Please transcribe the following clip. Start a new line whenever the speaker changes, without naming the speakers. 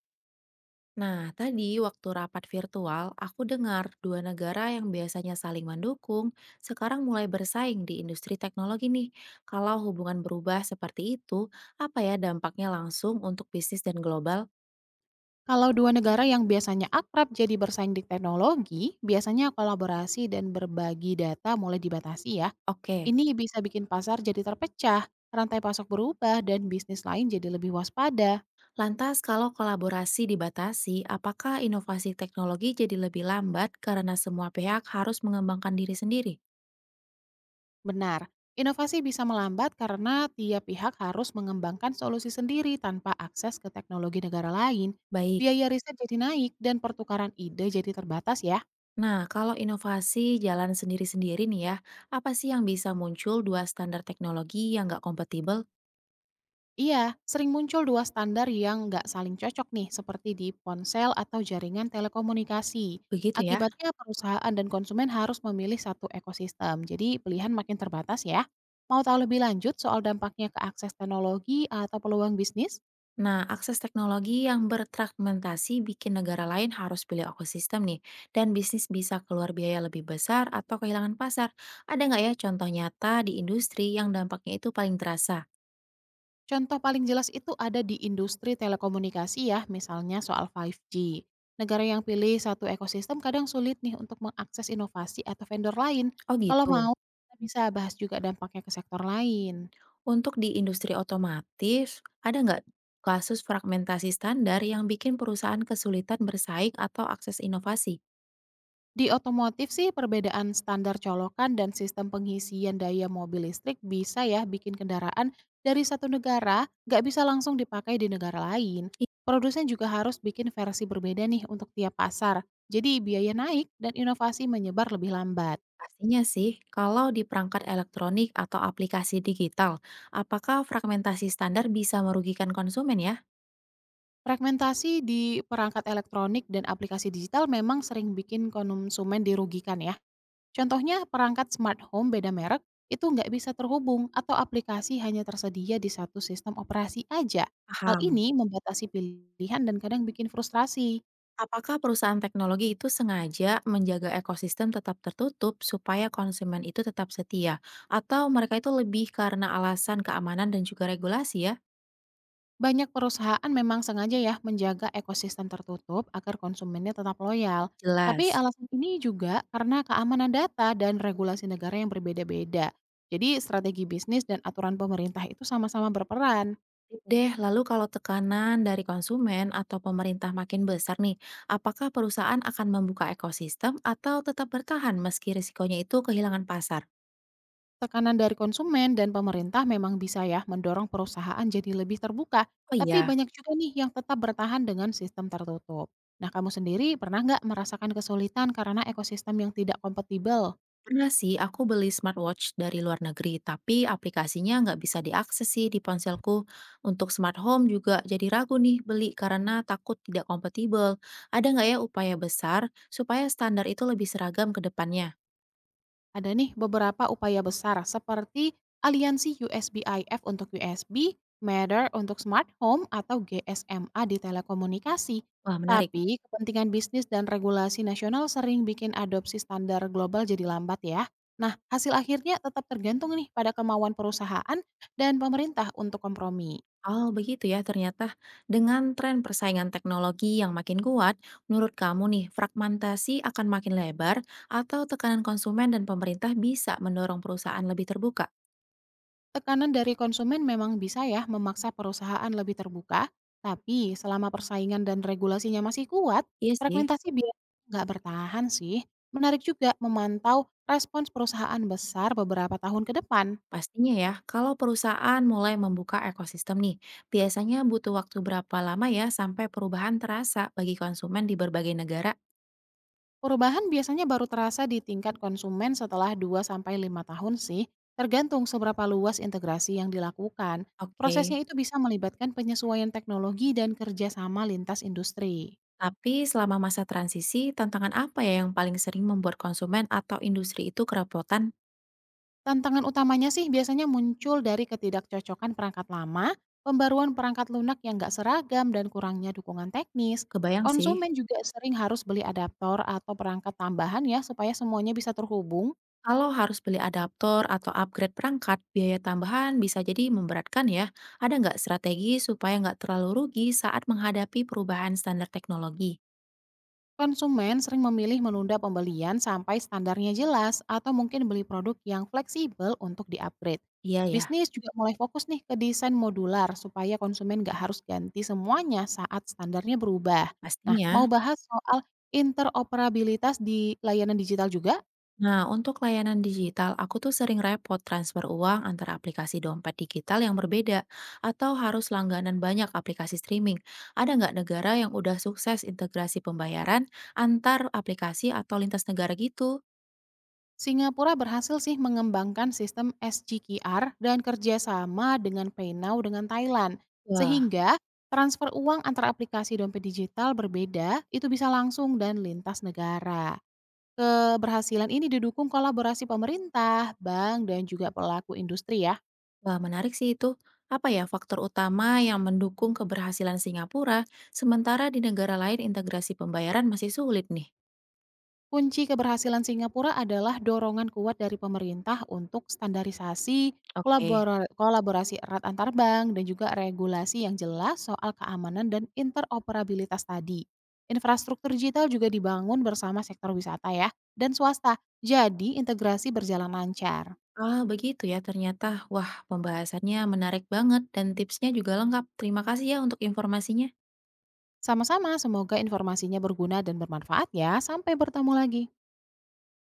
Nah, tadi waktu rapat virtual, aku dengar dua negara yang biasanya saling mendukung, sekarang mulai bersaing di industri teknologi nih. Kalau hubungan berubah seperti itu, apa ya dampaknya langsung untuk bisnis dan global?
Kalau dua negara yang biasanya akrab jadi bersaing di teknologi, biasanya kolaborasi dan berbagi data mulai dibatasi ya.
Oke,
Ini bisa bikin pasar jadi terpecah, rantai pasok berubah, dan bisnis lain jadi lebih waspada.
lantas kalau kolaborasi dibatasi, apakah inovasi teknologi jadi lebih lambat karena semua pihak harus mengembangkan diri sendiri?
Benar, inovasi bisa melambat karena tiap pihak harus mengembangkan solusi sendiri tanpa akses ke teknologi negara lain.
Baik.
Biaya riset jadi naik dan pertukaran ide jadi terbatas ya.
Nah, kalau inovasi jalan sendiri-sendiri nih ya, apa sih yang bisa muncul dua standar teknologi yang nggak kompatibel?
Iya, sering muncul dua standar yang nggak saling cocok nih, seperti di ponsel atau jaringan telekomunikasi.
Begitu ya.
Akibatnya perusahaan dan konsumen harus memilih satu ekosistem, jadi pilihan makin terbatas ya. Mau tahu lebih lanjut soal dampaknya ke akses teknologi atau peluang bisnis?
Nah, akses teknologi yang berfragmentasi bikin negara lain harus pilih ekosistem nih, dan bisnis bisa keluar biaya lebih besar atau kehilangan pasar. Ada nggak ya contoh nyata di industri yang dampaknya itu paling terasa?
Contoh paling jelas itu ada di industri telekomunikasi ya, misalnya soal 5G. Negara yang pilih satu ekosistem kadang sulit nih untuk mengakses inovasi atau vendor lain.
Oh
Kalau
gitu.
mau, kita bisa bahas juga dampaknya ke sektor lain.
Untuk di industri otomotif, ada nggak kasus fragmentasi standar yang bikin perusahaan kesulitan bersaing atau akses inovasi?
Di otomotif sih perbedaan standar colokan dan sistem pengisian daya mobil listrik bisa ya bikin kendaraan dari satu negara nggak bisa langsung dipakai di negara lain. Produsen juga harus bikin versi berbeda nih untuk tiap pasar. Jadi biaya naik dan inovasi menyebar lebih lambat.
Pastinya sih, kalau di perangkat elektronik atau aplikasi digital, apakah fragmentasi standar bisa merugikan konsumen ya?
Fragmentasi di perangkat elektronik dan aplikasi digital memang sering bikin konsumen dirugikan ya. Contohnya perangkat smart home beda merek itu nggak bisa terhubung atau aplikasi hanya tersedia di satu sistem operasi aja. Hal
Paham.
ini membatasi pilihan dan kadang bikin frustrasi.
Apakah perusahaan teknologi itu sengaja menjaga ekosistem tetap tertutup supaya konsumen itu tetap setia? Atau mereka itu lebih karena alasan keamanan dan juga regulasi ya?
Banyak perusahaan memang sengaja ya menjaga ekosistem tertutup agar konsumennya tetap loyal. Tapi
Jelas.
alasan ini juga karena keamanan data dan regulasi negara yang berbeda-beda. Jadi strategi bisnis dan aturan pemerintah itu sama-sama berperan.
Tip Deh, lalu kalau tekanan dari konsumen atau pemerintah makin besar nih, apakah perusahaan akan membuka ekosistem atau tetap bertahan meski risikonya itu kehilangan pasar?
Tekanan dari konsumen dan pemerintah memang bisa ya mendorong perusahaan jadi lebih terbuka,
Oh
tapi
iya,
banyak juga nih yang tetap bertahan dengan sistem tertutup. Nah, kamu sendiri pernah nggak merasakan kesulitan karena ekosistem yang tidak kompatibel?
pernah sih aku beli smartwatch dari luar negeri, tapi aplikasinya nggak bisa diakses sih di ponselku. Untuk smart home juga jadi ragu nih beli karena takut tidak kompatibel. Ada nggak ya upaya besar supaya standar itu lebih seragam ke depannya?
Ada nih beberapa upaya besar seperti aliansi USBIF untuk USB, Matter untuk smart home atau GSMA di telekomunikasi.
Wah menarik.
Tapi kepentingan bisnis dan regulasi nasional sering bikin adopsi standar global jadi lambat ya. Nah, hasil akhirnya tetap tergantung nih pada kemauan perusahaan dan pemerintah untuk kompromi.
Oh begitu ya ternyata. Dengan tren persaingan teknologi yang makin kuat, menurut kamu nih fragmentasi akan makin lebar atau tekanan konsumen dan pemerintah bisa mendorong perusahaan lebih terbuka?
Tekanan dari konsumen memang bisa ya memaksa perusahaan lebih terbuka, tapi selama persaingan dan regulasinya masih kuat,
Iya sih.
fragmentasi biasanya nggak bertahan sih. Menarik juga memantau respons perusahaan besar beberapa tahun ke depan.
Pastinya ya, kalau perusahaan mulai membuka ekosistem nih, biasanya butuh waktu berapa lama ya sampai perubahan terasa bagi konsumen di berbagai negara?
Perubahan biasanya baru terasa di tingkat konsumen setelah dua sampai lima tahun sih, tergantung seberapa luas integrasi yang dilakukan.
Oke.
Prosesnya itu bisa melibatkan penyesuaian teknologi dan kerjasama lintas industri.
Tapi selama masa transisi, tantangan apa ya yang paling sering membuat konsumen atau industri itu kerepotan?
Tantangan utamanya sih biasanya muncul dari ketidakcocokan perangkat lama, pembaruan perangkat lunak yang nggak seragam dan kurangnya dukungan teknis.
Kebayang sih.
Konsumen juga sering harus beli adaptor atau perangkat tambahan ya supaya semuanya bisa terhubung.
Kalau harus beli adaptor atau upgrade perangkat, biaya tambahan bisa jadi memberatkan ya. Ada nggak strategi supaya nggak terlalu rugi saat menghadapi perubahan standar teknologi?
Konsumen sering memilih menunda pembelian sampai standarnya jelas atau mungkin beli produk yang fleksibel untuk di-upgrade.
Iya ya,
Bisnis juga mulai fokus nih ke desain modular supaya konsumen nggak harus ganti semuanya saat standarnya berubah. Nah, mau
pastinya.
bahas soal interoperabilitas di layanan digital juga?
Nah, untuk layanan digital, aku tuh sering repot transfer uang antara aplikasi dompet digital yang berbeda atau harus langganan banyak aplikasi streaming. Ada nggak negara yang udah sukses integrasi pembayaran antar aplikasi atau lintas negara gitu?
Singapura berhasil sih mengembangkan sistem SGQR dan kerjasama dengan PayNow dengan Thailand.
Wah,
Sehingga transfer uang antara aplikasi dompet digital berbeda itu bisa langsung dan lintas negara. Keberhasilan ini didukung kolaborasi pemerintah, bank, dan juga pelaku industri ya.
wah, menarik sih itu. Apa ya faktor utama yang mendukung keberhasilan Singapura, sementara di negara lain integrasi pembayaran masih sulit nih?
Kunci keberhasilan Singapura adalah dorongan kuat dari pemerintah untuk standarisasi,
Oke.
kolaborasi erat antar bank, dan juga regulasi yang jelas soal keamanan dan interoperabilitas tadi. Infrastruktur digital juga dibangun bersama sektor wisata ya, dan swasta, jadi integrasi berjalan lancar.
Ah, begitu ya ternyata. Wah, pembahasannya menarik banget dan tipsnya juga lengkap. Terima kasih ya untuk informasinya.
Sama-sama, semoga informasinya berguna dan bermanfaat ya. Sampai bertemu lagi.